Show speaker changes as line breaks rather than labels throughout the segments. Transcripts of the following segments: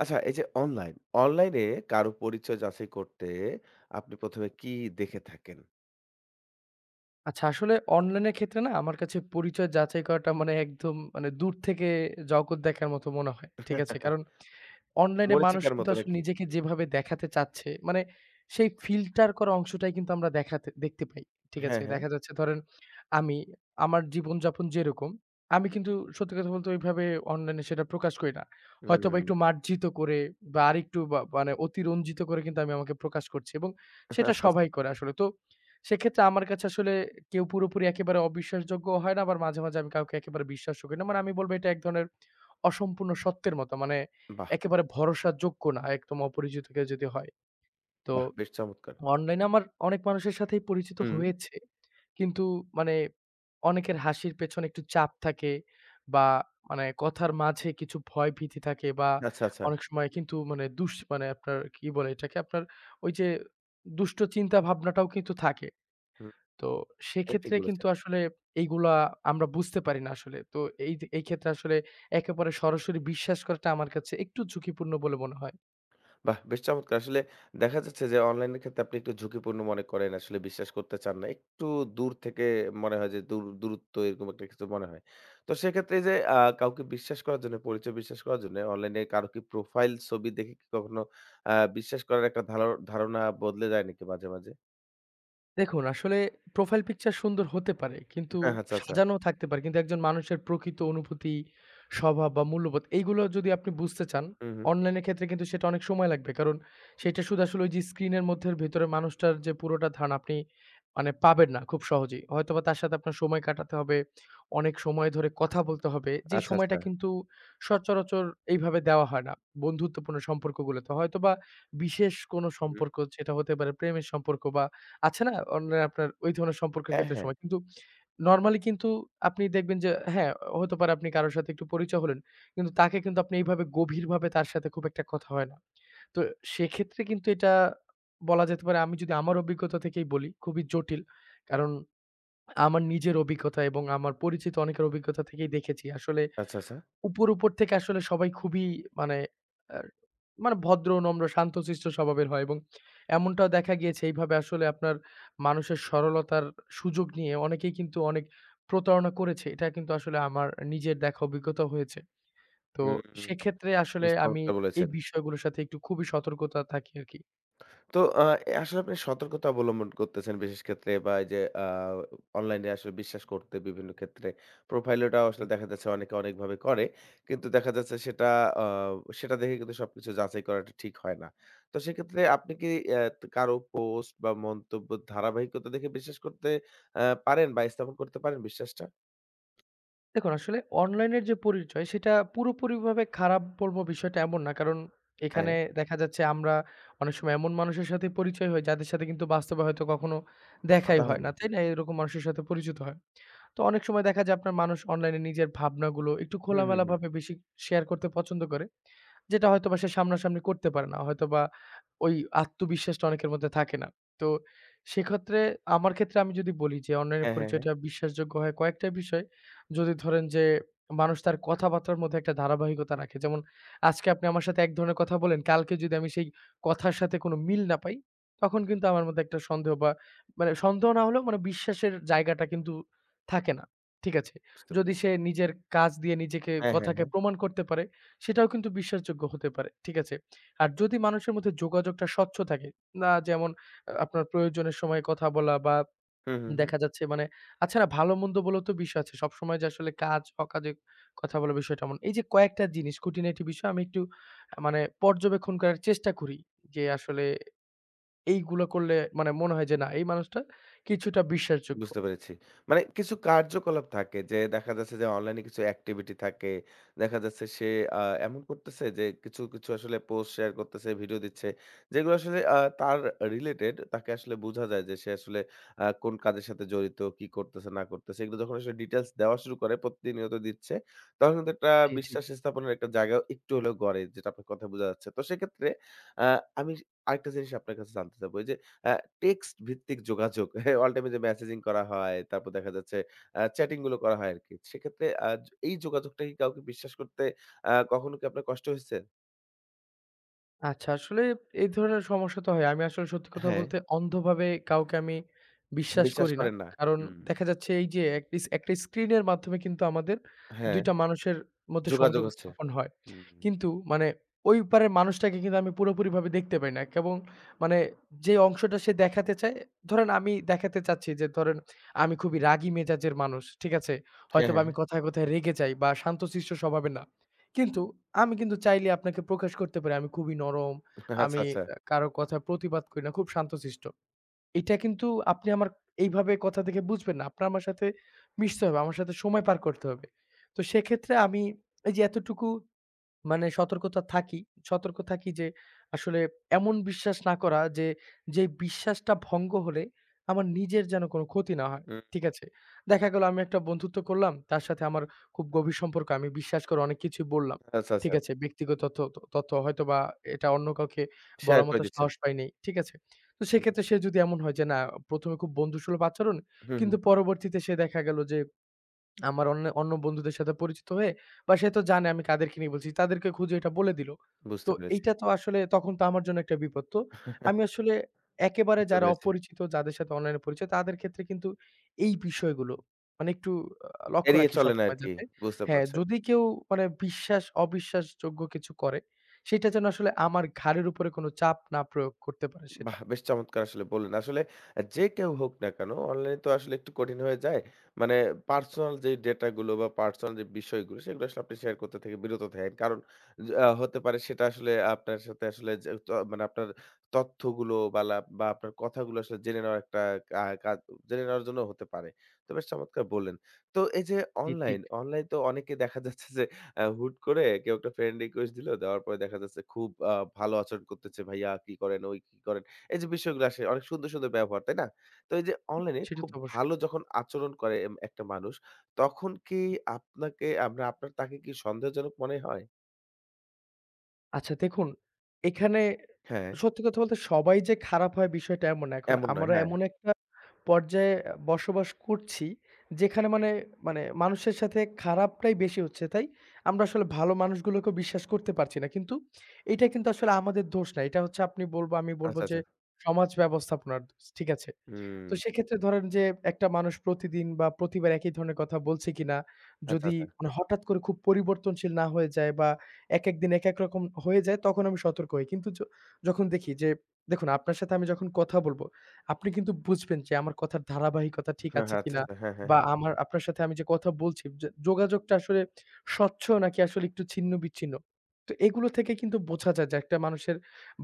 আচ্ছা এই যে অনলাইনে কারো পরিচয় যাচাই করতে আপনি ১ম এ কি দেখে থাকেন?
আচ্ছা, আসলে অনলাইনের ক্ষেত্রে না আমার কাছে পরিচয় যাচাই করাটা মানে একদম মানে দূর থেকে জগৎ দেখার মতো মনে হয়। ঠিক আছে? কারণ অনলাইনে মানুষ
মরীচিকার
কিন্তু
মতো
আসলে
নাকি?
নিজেকে যেভাবে দেখাতে চাচ্ছে, মানে সেই ফিল্টার করা অংশটাই কিন্তু আমরা দেখাতে দেখতে পাই। ঠিক
হ্যাঁ,
আছে?
হ্যাঁ।
দেখা যাচ্ছে ধরেন আমি আমার জীবনযাপন যেরকম, আমি কিন্তু সত্যি কথা বলতে ওইভাবে অনলাইনে সেটা প্রকাশ করি না। হয়তোবা
হুম।
একটু মার্জিত করে বা আরেকটু বা মানে অতিরঞ্জিত করে কিন্তু আমি আমাকে প্রকাশ করছি এবং
আচ্ছা,
সেটা
আচ্ছা।
সবাই করে আসলে। তো সেক্ষেত্রে আমার কাছে আসলে কেউ পুরোপুরি একেবারে অবিশ্বাসযোগ্যও হয় না, আবার মাঝে, মাঝে আমি কাউকে একেবারে বিশ্বাসও করি না। মানে আমি বলব এটা এক ধরনের অসম্পূর্ণ সত্যের মতো। মানে
বাহ!
একেবারে ভরসাযোগ্য না একদম অপরিচিত কেউ যদি হয়। তো
বাহ! বেশ চমৎকার।
অনলাইনে আমার অনেক মানুষের সাথেই পরিচিত
হুম।
হয়েছে। কিন্তু মানে অনেকের হাসির পেছনে একটু চাপ থাকে বা মানে কথার মাঝে কিছু ভয়-ভীতি থাকে বা
আচ্ছা, আচ্ছা।
অনেক সময় কিন্তু মানে মানে আপনার কি বলে এটাকে? আপনার ওই যে দুষ্ট চিন্তা ভাবনাটাও কিন্তু থাকে।
হুম,
তো
এটা ঠিক
সেক্ষেত্রে কিন্তু
বলেছেন।
আসলে এইগুলা আমরা বুঝতে পারি না আসলে। তো এই যে এই ক্ষেত্রে আসলে একেবারে সরাসরি বিশ্বাস করাটা আমার কাছে একটু ঝুঁকিপূর্ণ বলে মনে হয়।
বাহ! বেশ চমৎকার। আসলে দেখা যাচ্ছে যে অনলাইনের ক্ষেত্রে আপনি একটু ঝুঁকিপূর্ণ মনে করেন। আসলে বিশ্বাস করতে চান না। একটু দূর থেকে মনে হয় যে দূর দূরত্ব এরকম একটা কিছু মনে হয়। তো সেক্ষেত্রে এই যে কাউকে বিশ্বাস করার জন্য, পরিচয় বিশ্বাস করার জন্য অনলাইনে কারো কি প্রোফাইল ছবি দেখে কি কখনো আ বিশ্বাস করার একটা ধারণা বদলে যায় নাকি মাঝে, মাঝে?
দেখুন, আসলে প্রোফাইল পিকচার সুন্দর হতে পারে। কিন্তু
হ্যাঁ, আচ্ছা, আচ্ছা।
সাজানো থাকতে পারে। কিন্তু একজন মানুষের প্রকৃত অনুভূতি, স্বভাব বা মূল্যবোধ এইগুলো যদি আপনি বুঝতে চান,
হুম, হুম।
অনলাইনের ক্ষেত্রে কিন্তু সেটা অনেক সময় লাগবে। কারণ সেটা শুধু আসলে ওই যে স্ক্রিনের মধ্যে ভেতরে মানুষটার যে পুরোটা ধারণা আপনি মানে পাবেন না খুব সহজেই। হয়তোবা তার সাথে আপনার সময় কাটাতে হবে, অনেক সময় ধরে কথা বলতে হবে। যে
আচ্ছা,
সময়টা
আচ্ছা।
কিন্তু সচরাচর এইভাবে দেওয়া হয় না বন্ধুত্বপূর্ণ সম্পর্কগুলোতে। হয়তোবা বিশেষ কোনো
হুম।
সম্পর্ক যেটা হতে পারে প্রেমের সম্পর্ক বা আছে না? অনলাইন আপনার ওই ধরনের সম্পর্কের
হ্যাঁ,
ক্ষেত্রে
হ্যাঁ।
সময়। কিন্তু নরমালি কিন্তু আপনি দেখবেন যে হ্যাঁ, হতে পারে আপনি কারো সাথে একটু পরিচয় হলেন। কিন্তু তাকে কিন্তু আপনি এইভাবে গভীরভাবে তার সাথে খুব একটা কথা হয় না। তো সেক্ষেত্রে কিন্তু এটা বলা যেতে পারে আমি যদি আমার অভিজ্ঞতা থেকেই বলি, খুবই জটিল। কারণ আমার নিজের অভিজ্ঞতা এবং আমার পরিচিত অনেকের অভিজ্ঞতা থেকেই দেখেছি। আসলে
আচ্ছা, আচ্ছা।
উপর, উপর থেকে আসলে সবাই খুবই মানে আর মানে ভদ্র, নম্র, শান্তশিষ্ট স্বভাবের হয় এবং এমনটাও দেখা গিয়েছে এইভাবে আসলে আপনার মানুষের সরলতার সুযোগ নিয়ে অনেকেই কিন্তু অনেক প্রতারণা করেছে। এটা কিন্তু আসলে আমার নিজের দেখা অভিজ্ঞতা হয়েছে। তো
হুম, হুম,
সেক্ষেত্রে আসলে
বেশ
আমি
চমৎকার
এই
বলেছেন।
বিষয়গুলোর সাথে একটু খুবই সতর্কতা থাকি আরকি।
তো আসলে আপনি সতর্কতা অবলম্বন করতেছেন বিশেষ ক্ষেত্রে বা এই যে অনলাইনে আসলে বিশ্বাস করতে বিভিন্ন ক্ষেত্রে প্রোফাইলটাও আসলে দেখা যাচ্ছে অনেকে অনেকভাবে করে। কিন্তু দেখা যাচ্ছে সেটা আ সেটা দেখে কিন্তু সবকিছু যাচাই করাটা ঠিক হয় না। তো সেক্ষেত্রে আপনি কি কারো পোস্ট বা মন্তব্যের ধারাবাহিকতা দেখে বিশ্বাস করতে আ পারেন বা স্থাপন করতে পারেন বিশ্বাসটা?
দেখুন আসলে অনলাইনের যে পরিচয় সেটা পুরোপুরিভাবে খারাপ বলবো বিষয়টা এমন না। কারণ
হ্যাঁ,
এখানে দেখা যাচ্ছে আমরা অনেক সময় এমন মানুষের সাথে পরিচয় হয় যাদের সাথে কিন্তু বাস্তবে হয়তো কখনো দেখাই
কথা
হয়
হয়নি।
না, তাই না? এরকম মানুষের সাথে পরিচিত হয়। তো অনেক সময় দেখা যায় আপনার মানুষ অনলাইনে নিজের ভাবনাগুলো একটু
হুম, হুম, হুম। হুম।
খোলামেলাভাবে বেশি শেয়ার করতে পছন্দ করে। যেটা হয়তোবা সে সামনাসামনি করতে পারে না। হয়তোবা ওই আত্মবিশ্বাসটা অনেকের মধ্যে থাকে না। তো সেক্ষেত্রে আমার ক্ষেত্রে আমি যদি বলি যে অনলাইনের
হ্যাঁ, হ্যাঁ, হ্যাঁ।
পরিচয়টা বিশ্বাসযোগ্য হয় কয়েকটা বিষয় যদি ধরেন যে মানুষ তার কথাবার্তার মধ্যে একটা ধারাবাহিকতা রাখে। যেমন আজকে আপনি আমার সাথে এক ধরনের কথা বলেন, কালকে যদি আমি সেই কথার সাথে কোনো মিল না পাই, তখন কিন্তু আমার মধ্যে একটা সন্দেহ বা মানে সন্দেহ না হলেও মানে বিশ্বাসের জায়গাটা কিন্তু থাকে না। ঠিক আছে?
বুঝতে
যদি
পেরেছি।
সে নিজের কাজ দিয়ে নিজেকে
হ্যাঁ, হ্যাঁ,
কথাকে
হ্যাঁ।
প্রমাণ করতে পারে, সেটাও কিন্তু বিশ্বাসযোগ্য হতে পারে। ঠিক আছে? আর যদি মানুষের মধ্যে যোগাযোগটা স্বচ্ছ থাকে, না যেমন আপনার প্রয়োজনের সময় কথা বলা বা
হুম, হুম, হুম।
দেখা যাচ্ছে মানে আচ্ছা না ভালো-মন্দ বলেও তো বিষয় আছে। সবসময় যে আসলে কাজ, অকাজে কথা বলার বিষয়টা এমন। এই যে কয়েকটা জিনিস খুঁটিনাটি বিষয় আমি একটু মানে পর্যবেক্ষণ করার চেষ্টা করি। যে আসলে এইগুলো করলে মানে মনে হয় যে না এই মানুষটা কিছুটা বিশ্বাসযোগ্য।
বুঝতে পেরেছি। মানে কিছু কার্যকলাপ থাকে যে দেখা যাচ্ছে যে অনলাইন এ কিছু অ্যাক্টিভিটি থাকে। দেখা যাচ্ছে সে আ এমন করতেছে যে কিছু, কিছু আসলে পোস্ট শেয়ার করতেছে, ভিডিও দিচ্ছে। যেগুলো আসলে তার রিলেটেড তাকে আসলে বোঝা যায় যে সে আসলে কোন কাজের সাথে জড়িত, কি করতেছে না করতেছে। এগুলো যখন আসলে ডিটেইলস দেওয়া শুরু করে প্রতিনিয়ত দিচ্ছে, তখন কিন্তু একটা
জি জি
বিশ্বাস স্থাপনের একটা জায়গা একটু হলেও গড়ে যেটা আপনার কথায় বোঝা যাচ্ছে। তো সেক্ষেত্রে আ আমি আরেকটা জিনিস আপনার কাছে জানতে চাবো। এই যে আ টেক্সট ভিত্তিক যোগাযোগ হ্যাঁ, অল টাইম এ যে মেসেজিং করা হয়, তারপর দেখা যাচ্ছে চ্যাটিং গুলো করা হয় আরকি। সেক্ষেত্রে এই যোগাযোগটা কি কাউকে বিশ্বাস করতে কখনো কি আপনার কষ্ট হয়েছে?
আচ্ছা, আসলে এই ধরনের সমস্যা তো হয়। আমি আসলে সত্যি কথা
হ্যাঁ,
বলতে অন্ধভাবে কাউকে আমি বিশ্বাস
বিশ্বাস
করি না।
করেন না।
কারণ
হুম,
দেখা যাচ্ছে এই যে একটা স্ক্রিনের মাধ্যমে কিন্তু আমাদের
হ্যাঁ,
২ টা মানুষের মধ্যে
যোগাযোগ
সংযোগ
হচ্ছে।
স্থাপন হয়।
হুম,
কিন্তু মানে ওই পারের মানুষটাকে কিন্তু আমি পুরোপুরিভাবে দেখতে পাই না। কেবল মানে যে অংশটা সে দেখাতে চায়, ধরেন আমি দেখাতে চাচ্ছি যে ধরেন আমি খুবই রাগী মেজাজের মানুষ। ঠিক আছে?
হ্যাঁ,
হয়তোবা
হ্যাঁ,
আমি
হ্যাঁ।
কথায়, কথায় রেগে যাই বা শান্তশিষ্ট স্বভাবের না। কিন্তু আমি কিন্তু চাইলে আপনাকে প্রকাশ করতে পারি। আমি খুবই নরম।
আচ্ছা,
আমি
আচ্ছা।
কারো কথায় প্রতিবাদ করি না। খুব শান্তশিষ্ট। এটা কিন্তু আপনি আমার এইভাবে কথা থেকে বুঝবেন না। আপনার আমার সাথে মিশতে হবে। আমার সাথে সময় পার করতে হবে। তো সেক্ষেত্রে আমি এই যে এতটুকু মানে সতর্ক থাকি যে আসলে এমন বিশ্বাস না করা যে, যেই বিশ্বাসটা ভঙ্গ হলে আমার নিজের যেন কোনো ক্ষতি না হয়।
হুম,
ঠিক আছে? দেখা গেল আমি একটা বন্ধুত্ব করলাম, তার সাথে আমার খুব গভীর সম্পর্ক। আমি বিশ্বাস করে অনেক কিছুই বললাম।
আচ্ছা, আচ্ছা।
ঠিক আছে? ব্যক্তিগত তথ্য তথ্য হয়তোবা এটা অন্য কাউকে
শেয়ার
বলার
করে
মতো
দিচ্ছেন।
সাহস পাই নাই। ঠিক আছে? তো
হুম,
সেক্ষেত্রে সে যদি এমন হয় যে না ১ম এ খুব বন্ধুসুলভ আচরণ
হুম, হুম,
কিন্তু
হুম।
পরবর্তীতে সে দেখা গেল যে আমার অন্য অন্য বন্ধুদের সাথে পরিচিত হয়ে বা সে তো জানে আমি কাদেরকে নিয়ে বলছি, তাদেরকে খুঁজে এটা বলে দিল।
বুঝতে
তো
পেরেছি।
এইটা তো আসলে তখন তো আমার জন্য একটা বিপদ। তো আমি আসলে একেবারে
বুঝতে
যারা
পেরেছি।
অপরিচিত, যাদের সাথে অনলাইনে পরিচয়, তাদের ক্ষেত্রে কিন্তু এই বিষয়গুলো মানে একটু লক্ষ্য
এড়িয়ে
রাখি
চলেন
সবসময়
আরকি।
যাতে
বুঝতে
হ্যাঁ,
পারছেন।
যদি কেউ মানে বিশ্বাস অবিশ্বাসযোগ্য কিছু করে, সেটা যেন আসলে আমার ঘাড়ের উপরে কোনো চাপ না প্রয়োগ করতে পারে সেটা।
বাহ! বেশ চমৎকার আসলে বললেন। আসলে যে কেউ হোক না কেন অনলাইনে তো আসলে একটু কঠিন হয়ে যায়। মানে পার্সোনাল যে ডেটা গুলো বা পার্সোনাল যে বিষয়গুলো সেগুলো আসলে আপনি শেয়ার করতে থেকে বিরত থাকেন। কারণ য আ হতে পারে সেটা আসলে আপনার সাথে আসলে যে ত মানে আপনার তথ্যগুলো বা আপনার কথাগুলো আসলে জেনে নেওয়ার একটা কাজ জেনে নেওয়ার জন্য হতে পারে। তো বেশ চমৎকার বললেন। তো এই যে
জি, ঠিক।
অনলাইন তো অনেকে দেখা যাচ্ছে যে হুট করে কেউ একটা ফ্রেন্ড রিকোয়েস্ট দিল। দেওয়ার পরে দেখা যাচ্ছে খুব ভালো আচরণ করতেছে। "ভাইয়া কি করেন? ওই কি করেন?" এই যে বিষয়গুলো আসে অনেক সুন্দর, সুন্দর ব্যবহার, তাই না? তো এই যে অনলাইনে
সেটা
খুব
তো অবশ্যই।
ভালো যখন আচরণ করে একটা মানুষ, তখন কি আপনাকে আমরা আপনার তাকে কি সন্দেহজনক মনে হয়?
আচ্ছা দেখুন, এখানে
হ্যাঁ,
সত্যি কথা বলতে সবাই যে খারাপ হয় বিষয়টা এমন না। এখন
এমন নয়।
আমরা
হ্যাঁ।
এমন একটা পর্যায়ে বসবাস করছি, যেখানে মানে, মানে মানুষের সাথে খারাপটাই বেশি হচ্ছে, তাই? আমরা আসলে ভালো মানুষগুলোকেও বিশ্বাস করতে পারছি না। কিন্তু এটা কিন্তু আসলে আমাদের দোষ না। এটা হচ্ছে আপনি বলব আমি বলব
আচ্ছা,
যে
আচ্ছা।
সমাজ ব্যবস্থাপনার দোষ। ঠিক আছে?
হুম।
তো সেক্ষেত্রে ধরেন যে একটা মানুষ প্রতিদিন বা প্রতিবার একই ধরনের কথা বলছে কিনা,
আচ্ছা,
যদি
আচ্ছা।
মানে হঠাৎ করে খুব পরিবর্তনশীল না হয়ে যায় বা একেক দিন একেক রকম হয়ে যায় তখন আমি সতর্ক হই। কিন্তু যখন দেখি যে দেখুন আপনার সাথে আমি যখন কথা বলবো, আপনি কিন্তু বুঝবেন যে আমার কথার ধারাবাহিকতা ঠিক
হ্যাঁ,
আছে
হ্যাঁ। আচ্ছা,
কিনা
আচ্ছা। হ্যাঁ, হ্যাঁ।
বা আমার আপনার সাথে আমি যে কথা বলছি যে যোগাযোগটা আসলে স্বচ্ছ নাকি আসলে একটু ছিন্ন-বিচ্ছিন্ন। তো এগুলো থেকে কিন্তু বোঝা যায় যে একটা মানুষের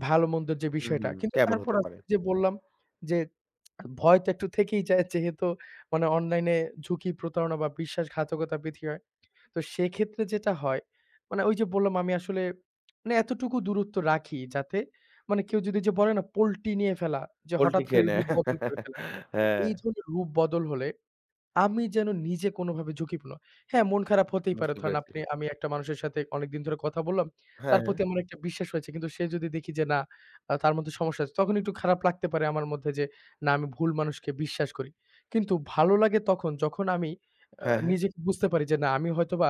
ভালো-মন্দের যে
হুম,
বিষয়টা।
হুম।
কিন্তু
কেমন
তারপর
হতে পারে?
আসলে যে বললাম যে ভয় তো একটু থেকেই যায় যেহেতু মানে অনলাইনে ঝুঁকি, প্রতারণা বা বিশ্বাসঘাতকতা বৃদ্ধি হয়। তো সেক্ষেত্রে যেটা হয় মানে ওই যে বললাম আমি আসলে মানে এতটুকু দূরত্ব রাখি যাতে মানে কেউ যদি যে বলে না পল্টি নিয়ে ফেলা যে
পল্টি
হঠাৎ করে
খেয়ে নেয়।
রূপ বদল করে ফেলা।
হ্যাঁ,
এই ধরনের রূপ বদল হলে আমি যেন নিজে কোনোভাবে ঝুঁকিপূর্ণ হ্যাঁ, মন খারাপ হতেই পারে।
বুঝতে
ধরেন
পেরেছি।
আপনি আমি একটা মানুষের সাথে অনেকদিন ধরে কথা বললাম।
হ্যাঁ,
তার
হ্যাঁ।
প্রতি আমার একটা বিশ্বাস হয়েছে। কিন্তু সে যদি দেখি যে না, তার মধ্যে সমস্যা আছে, তখন একটু খারাপ লাগতে পারে আমার মধ্যে যে না আমি ভুল মানুষকে বিশ্বাস করি। কিন্তু ভালো লাগে তখন যখন আমি
হ্যাঁ, হ্যাঁ।
নিজেকে বুঝতে পারি যে না আমি হয়তোবা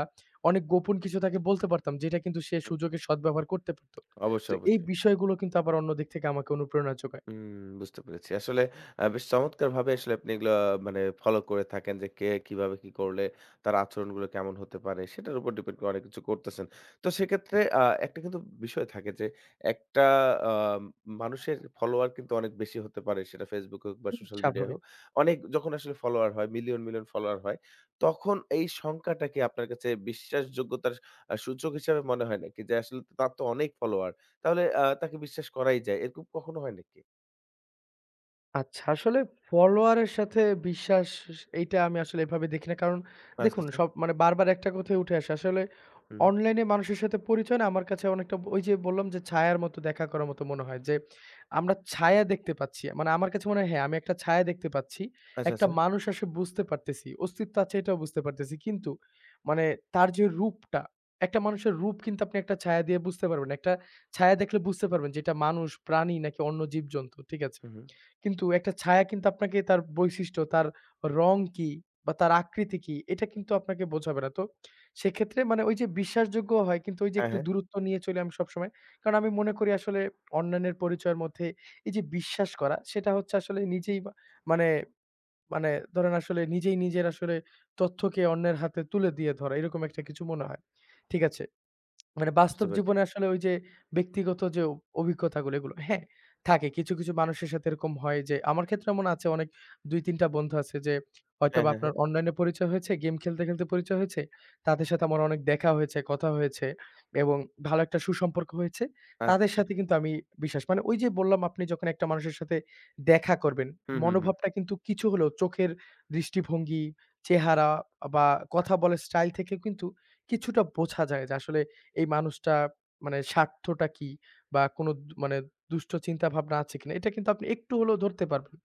অনেক গোপন কিছু তাকে বলতে পারতাম যেটা কিন্তু সে
হুম।
সুযোগে সদ্ব্যবহার করতে পারত। তো
অবশ্যই,
এই
অবশ্যই।
বিষয়গুলো কিন্তু আবার অন্য দিক থেকে আমাকে অনুপ্রেরণা যোগায়।
হুম, বুঝতে পেরেছি। আসলে বেশ চমৎকারভাবে আসলে আপনি এগুলা মানে ফলো করে থাকেন যে কে কিভাবে কি করলে তার আচরণগুলো কেমন হতে পারে সেটার উপর ডিপেন্ড করে অনেক কিছু করতেছেন। তো সেক্ষেত্রে একটা কিন্তু বিষয় থাকে যে একটা আ মানুষের ফলোয়ার কিন্তু অনেক বেশি হতে পারে সেটা Facebook হোক বা
হুম,
সোশ্যাল মিডিয়ায়
স্বাভাবিক।
হোক। অনেক যখন আসলে ফলোয়ার হয় মিলিয়ন, মিলিয়ন ফলোয়ার হয় তখন এই সংখ্যাটা কি আপনার কাছে বিশ্বাসযোগ্যতার সূচক হিসেবে মনে হয় নাকি? যে আসলে তার তো অনেক ফলোয়ার তাহলে তাকে বিশ্বাস করাই যায়। এরকম কখনো হয় নাকি?
আচ্ছা, আসলে ফলোয়ারের সাথে বিশ্বাস এইটা আমি আসলে এভাবে দেখি না। কারণ
আচ্ছা,
দেখুন
আচ্ছা।
সব মানে বারবার একটা কথাই উঠে আসে। আসলে
হুম।
অনলাইনে মানুষের সাথে পরিচয় না আমার কাছে অনেকটা ওই যে বললাম যে ছায়ার মতো দেখা করার মতো মনে হয় যে আমরা ছায়া দেখতে পাচ্ছি। মানে আমার কাছে মনে হয় হ্যাঁ, আমি একটা ছায়া দেখতে পাচ্ছি।
আচ্ছা,
একটা
আচ্ছা।
মানুষ আসে বুঝতে পারতেছি। অস্তিত্ব আছে এটাও বুঝতে পারতেছি। কিন্তু মানে তার যে রূপটা, একটা মানুষের রূপ কিন্তু আপনি একটা ছায়া দিয়ে বুঝতে পারবেন না। একটা ছায়া দেখলে বুঝতে পারবেন যে এটা মানুষ, প্রাণী নাকি অন্য জীবজন্তু। ঠিক আছে?
হুম, হুম।
কিন্তু একটা ছায়া কিন্তু আপনাকে তার বৈশিষ্ট্য, তার রং কি বা তার আকৃতি কি এটা কিন্তু আপনাকে বোঝাবে না। তো সেক্ষেত্রে মানে ওই যে বিশ্বাসযোগ্য হয় কিন্তু ওই যে
হ্যাঁ,
একটু
হ্যাঁ।
দূরত্ব নিয়ে চলি আমি সবসময়। কারণ আমি মনে করি আসলে অন্যান্যের পরিচয়ের মধ্যে এই যে বিশ্বাস করা সেটা হচ্ছে আসলে নিজেই মানে মানে ধরেন আসলে নিজেই নিজের আসলে তথ্যকে অন্যের হাতে তুলে দিয়ে ধরা এরকম একটা কিছু মনে হয়। ঠিক আছে। মানে
বুঝতে
বাস্তব
পেরেছি।
জীবনে আসলে ওই যে ব্যক্তিগত যে অভিজ্ঞতাগুলো এগুলো হ্যাঁ, থাকে। কিছু, কিছু মানুষের সাথে এরকম হয় যে আমার ক্ষেত্রে এমন আছে অনেক ২-৩ টা বন্ধু আছে যে
হ্যাঁ,
হয়তোবা
হ্যাঁ,
আপনার
হ্যাঁ।
অনলাইনে পরিচয় হয়েছে, গেম খেলতে, খেলতে পরিচয় হয়েছে। তাদের সাথে আমার অনেক দেখা হয়েছে, কথা হয়েছে এবং ভালো একটা সুসম্পর্ক হয়েছে।
আচ্ছা,
তাদের
আচ্ছা।
সাথে কিন্তু আমি বিশ্বাস মানে ওই যে বললাম আপনি যখন একটা মানুষের সাথে দেখা করবেন,
হুম, হুম, হুম।
মনোভাবটা কিন্তু কিছু হলেও চোখের দৃষ্টিভঙ্গি, চেহারা বা কথা বলার স্টাইল থেকে কিন্তু কিছুটা বোঝা যায় যে আসলে এই মানুষটা মানে স্বার্থটা কি? বা কোনো মানে দুষ্ট চিন্তা ভাবনা আছে কিনা? এটা কিন্তু আপনি একটু হলেও ধরতে পারবেন।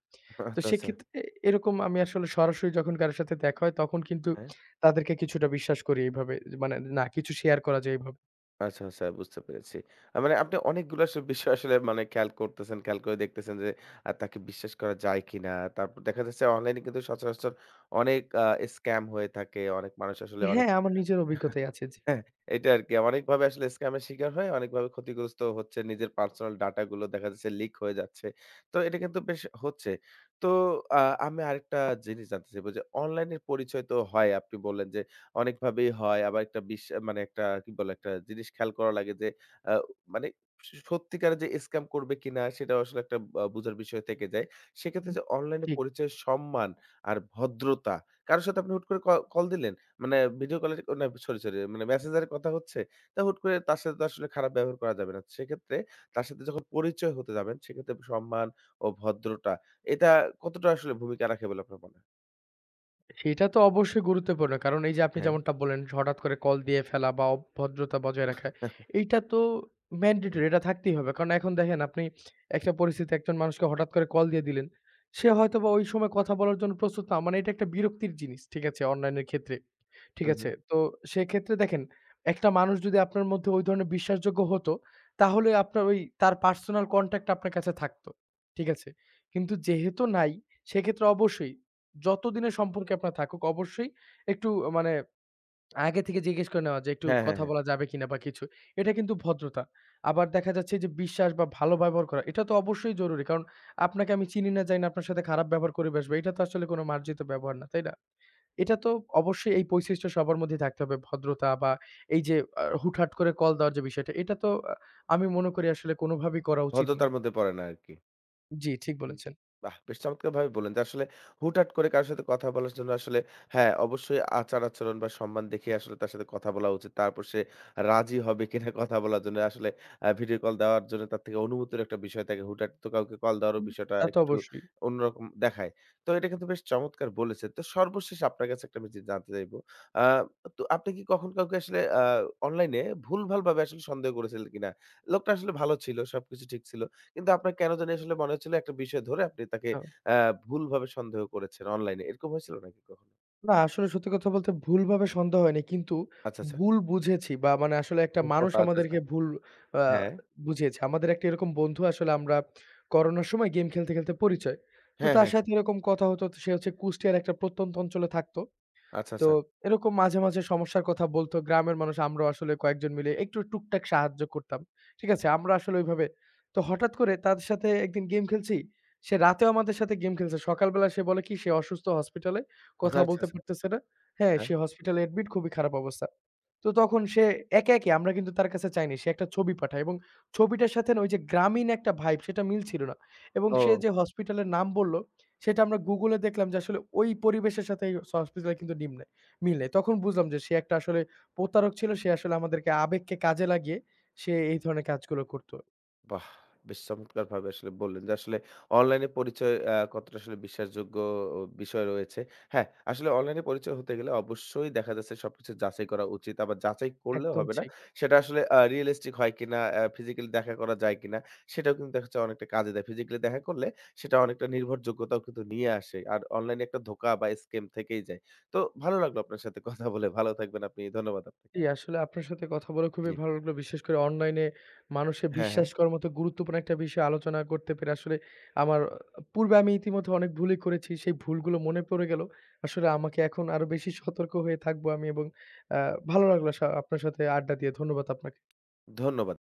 তো
আচ্ছা, আচ্ছা।
সেক্ষেত্রে এরকম আমি আসলে সরাসরি যখন কারো সাথে দেখা হয় তখন কিন্তু
হ্যাঁ।
তাদেরকে কিছুটা বিশ্বাস করি এইভাবে। যে মানে না কিছু শেয়ার করা যায় এভাবে।
আচ্ছা, আচ্ছা বুঝতে পেরেছি। মানে আপনি অনেকগুলো আসলে বিষয় আসলে মানে খেয়াল করতেছেন, খেয়াল করে দেখতেছেন যে তাকে বিশ্বাস করা যায় কিনা। তারপর দেখা যাচ্ছে অনলাইনে কিন্তু সচরাচর অনেক স্ক্যাম হয়ে থাকে। অনেক মানুষ আসলে অনেক
হ্যাঁ, আমার নিজের অভিজ্ঞতাই আছে।
হ্যাঁ, এটা আরকি। অনেকভাবে আসলে স্ক্যামের শিকার হয়ে অনেকভাবে ক্ষতিগ্রস্ত হচ্ছে। নিজের পার্সোনাল ডাটা গুলো দেখা যাচ্ছে লিক হয়ে যাচ্ছে। তো এটা কিন্তু বেশ হচ্ছে। তো আ আমি আরেকটা জিনিস জানতে চাইবো যে অনলাইনের পরিচয় তো হয়। আপনি বললেন যে অনেকভাবেই হয়। আবার একটা মানে একটা কি বলে একটা জিনিস খেয়াল করা লাগে যে আ মানে সত্যিকারের যে স্ক্যাম করবে কিনা সেটাও আসলে একটা বুঝার বিষয় থেকে যায়। সেক্ষেত্রে যে অনলাইনে
জি।
পরিচয়ের সম্মান আর ভদ্রতা কারো সাথে আপনি হুট করে কল দিলেন। মানে ভিডিও কলে না সরি, সরি মানে মেসেঞ্জারে কথা হচ্ছে, তা হুট করে তার সাথে তো আসলে খারাপ ব্যবহার করা যাবে না। সেক্ষেত্রে তার সাথে যখন পরিচয় হতে যাবেন, সেক্ষেত্রে সম্মান ও ভদ্রতা এটা কতটা আসলে ভূমিকা রাখে বলে আপনার মনে হয়?
সেটা তো অবশ্যই গুরুত্বপূর্ণ। কারণ এই যে আপনি
হ্যাঁ।
যেমনটা বললেন হঠাৎ করে কল দিয়ে ফেলা বা অভদ্রতা বজায় রাখা, এইটা তো
ঠিক।
ম্যান্ডেটরি এটা থাকতেই হবে। কারণ এখন দেখেন আপনি একটা পরিস্থিতিতে একজন মানুষকে হঠাৎ করে কল দিয়ে দিলেন। সে হয়তোবা ওই সময় কথা বলার জন্য প্রস্তুত না। মানে এটা একটা বিরক্তির জিনিস। ঠিক আছে? অনলাইনের ক্ষেত্রে। ঠিক
হু, হু।
আছে? তো সেক্ষেত্রে দেখেন একটা মানুষ যদি আপনার মধ্যে ওই ধরনের বিশ্বাসযোগ্য হতো, তাহলে আপনার ওই তার পার্সোনাল কনট্যাক্ট আপনার কাছে থাকতো। ঠিক আছে? কিন্তু যেহেতু নাই সেক্ষেত্রে অবশ্যই যতদিনের সম্পর্কে আপনার থাকুক অবশ্যই একটু মানে আগে থেকে জিজ্ঞেস করে নেওয়া যে একটু
হ্যাঁ, হ্যাঁ,
কথা
হ্যাঁ।
বলা যাবে কিনা বা কিছু। এটা কিন্তু ভদ্রতা। আবার দেখা যাচ্ছে যে বিশ্বাস বা ভালো ব্যবহার করা এটা তো অবশ্যই জরুরি। কারণ আপনাকে আমি চিনি না জানি না আপনার সাথে খারাপ ব্যবহার করে বসবো। এটা তো আসলে কোনো মার্জিত ব্যবহার না, তাই না? এটা তো অবশ্যই এই বৈশিষ্ট্য সবার মধ্যেই থাকতে হবে। ভদ্রতা বা এই যে হুটহাট করে কল দেওয়ার যে বিষয়টা এটা তো আমি মনে করি আসলে কোনোভাবেই করা উচিত না।
ভদ্রতার মধ্যে পড়ে না আরকি।
জি, ঠিক
হুম,
বলেছেন।
বাহ! বেশ চমৎকারভাবে বললেন যে আসলে হুটহাট করে কারো সাথে কথা বলার জন্য আসলে হ্যাঁ, অবশ্যই আচার-আচরণ বা সম্মান দেখে আসলে তার সাথে কথা বলা উচিত। তারপর সে রাজি হবে কিনা কথা বলার জন্য আসলে ভিডিও কল দেওয়ার জন্য তার থেকে অনুমতির একটা বিষয় থাকে। হুটহাট তো কাউকে কল দেওয়ারও
হুম।
বিষয়টা
তা তো
একটু
অবশ্যই।
অন্যরকম দেখায়। তো এটা কিন্তু বেশ চমৎকার বলেছেন। তো সর্বশেষ আপনার কাছে একটা আমি জিনিস জানতে চাইবো। আ তো আপনি কি কখন কাউকে আসলে অনলাইনে ভুলভালভাবে আসলে সন্দেহ করেছিলেন কিনা? লোকটা আসলে ভালো ছিল, সবকিছু ঠিক ছিল। কিন্তু আপনার কেন জানি আসলে মনে হচ্ছিল একটা বিষয় ধরে আপনি তাকে
আ
অ্যা ভুলভাবে সন্দেহ করেছেন অনলাইনে। এরকম হয়েছিল নাকি কখনো?
না, আসলে সত্যি কথা বলতে ভুলভাবে সন্দেহ হয়নি। কিন্তু
আচ্ছা, আচ্ছা।
ভুল বুঝেছি বা মানে আসলে একটা
ওহ
মানুষ
আচ্ছা, আচ্ছা।
আমাদেরকে ভুল আ
হ্যাঁ।
বুঝিয়েছে। আমাদের একটা এরকম বন্ধু আসলে আমরা করোনার সময় গেম খেলতে, খেলতে পরিচয়। তো
হ্যাঁ,
তার
হ্যাঁ, হ্যাঁ।
সাথে এরকম কথা হতো। সে হচ্ছে কুষ্টিয়ার একটা প্রত্যন্ত অঞ্চলে থাকতো।
আচ্ছা,
তো
আচ্ছা।
এরকম মাঝে, মাঝে সমস্যার কথা বলতো। গ্রামের মানুষ আমরাও আসলে কয়েকজন মিলে একটু টুকটাক সাহায্য করতাম। ঠিক আছে? আমরা আসলে ওইভাবে তো হঠাৎ করে তাদের সাথে একদিন গেম খেলছি। সে রাতেও আমাদের সাথে গেম খেলছে। সকালবেলা সে বলে কি সে অসুস্থ হসপিটালে। কথা
আচ্ছা,
বলতে
আচ্ছা।
পারতেছে না। হ্যাঁ,
হ্যাঁ।
সে হসপিটালে অ্যাডমিট খুবই খারাপ অবস্থা। তো তখন সে একে, একে আমরা কিন্তু তার কাছে চাইনি। সে একটা ছবি পাঠায় এবং ছবিটার সাথে না ওই যে গ্রামীণ একটা ভাইব সেটা মিল ছিল না। এবং
ও।
সে যে হসপিটালের নাম বলল, সেটা আমরা Google এ দেখলাম যে আসলে ওই পরিবেশের সাথে এই হসপিটালের কিন্তু নিম নাই মিল নেই। তখন বুঝলাম যে সে একটা আসলে প্রতারক ছিল। সে আসলে আমাদেরকে আবেগকে কাজে লাগিয়ে সে এই ধরনের কাজগুলো করত।
বাহ! বেশ চমৎকারভাবে আসলে বললেন যে আসলে অনলাইনে পরিচয় কতটা আসলে বিশ্বাসযোগ্য ও বিষয় রয়েছে। হ্যাঁ, আসলে অনলাইনে পরিচয় হতে গেলে অবশ্যই দেখা যাচ্ছে সবকিছু যাচাই করা উচিত। আবার যাচাই করলেও
একদম
হবে না।
ঠিক।
সেটা আসলে রিয়ালিস্টিক হয় কিনা, ফিজিক্যালি দেখা করা যায় কিনা সেটাও কিন্তু দেখা যাচ্ছে অনেকটা কাজে দেয়। ফিজিক্যালি দেখা করলে সেটা অনেকটা নির্ভরযোগ্যতাও কিন্তু নিয়ে আসে। আর অনলাইনে একটা ধোঁকা বা স্ক্যাম থেকেই যায়। তো ভালো লাগলো আপনার সাথে কথা বলে। ভালো থাকবেন আপনি। ধন্যবাদ আপনাকে।
জি, আসলে আপনার সাথে কথা বলে
জি।
খুবই ভালো লাগলো। বিশেষ করে অনলাইনে মানুষের
হ্যাঁ, হ্যাঁ।
বিশ্বাস করার মতো গুরুত্বপূর্ণ একটা বিষয় আলোচনা করতে পেরে আসলে আমার পূর্বে আমি ইতিমধ্যে অনেক ভুলই করেছি। সেই ভুলগুলো মনে পড়ে গেল। আসলে আমাকে এখন আরো বেশি সতর্ক হয়ে থাকবো আমি এবং আ ভালো লাগলো আপনার সাথে আড্ডা দিয়ে। ধন্যবাদ আপনাকে।
ধন্যবাদ।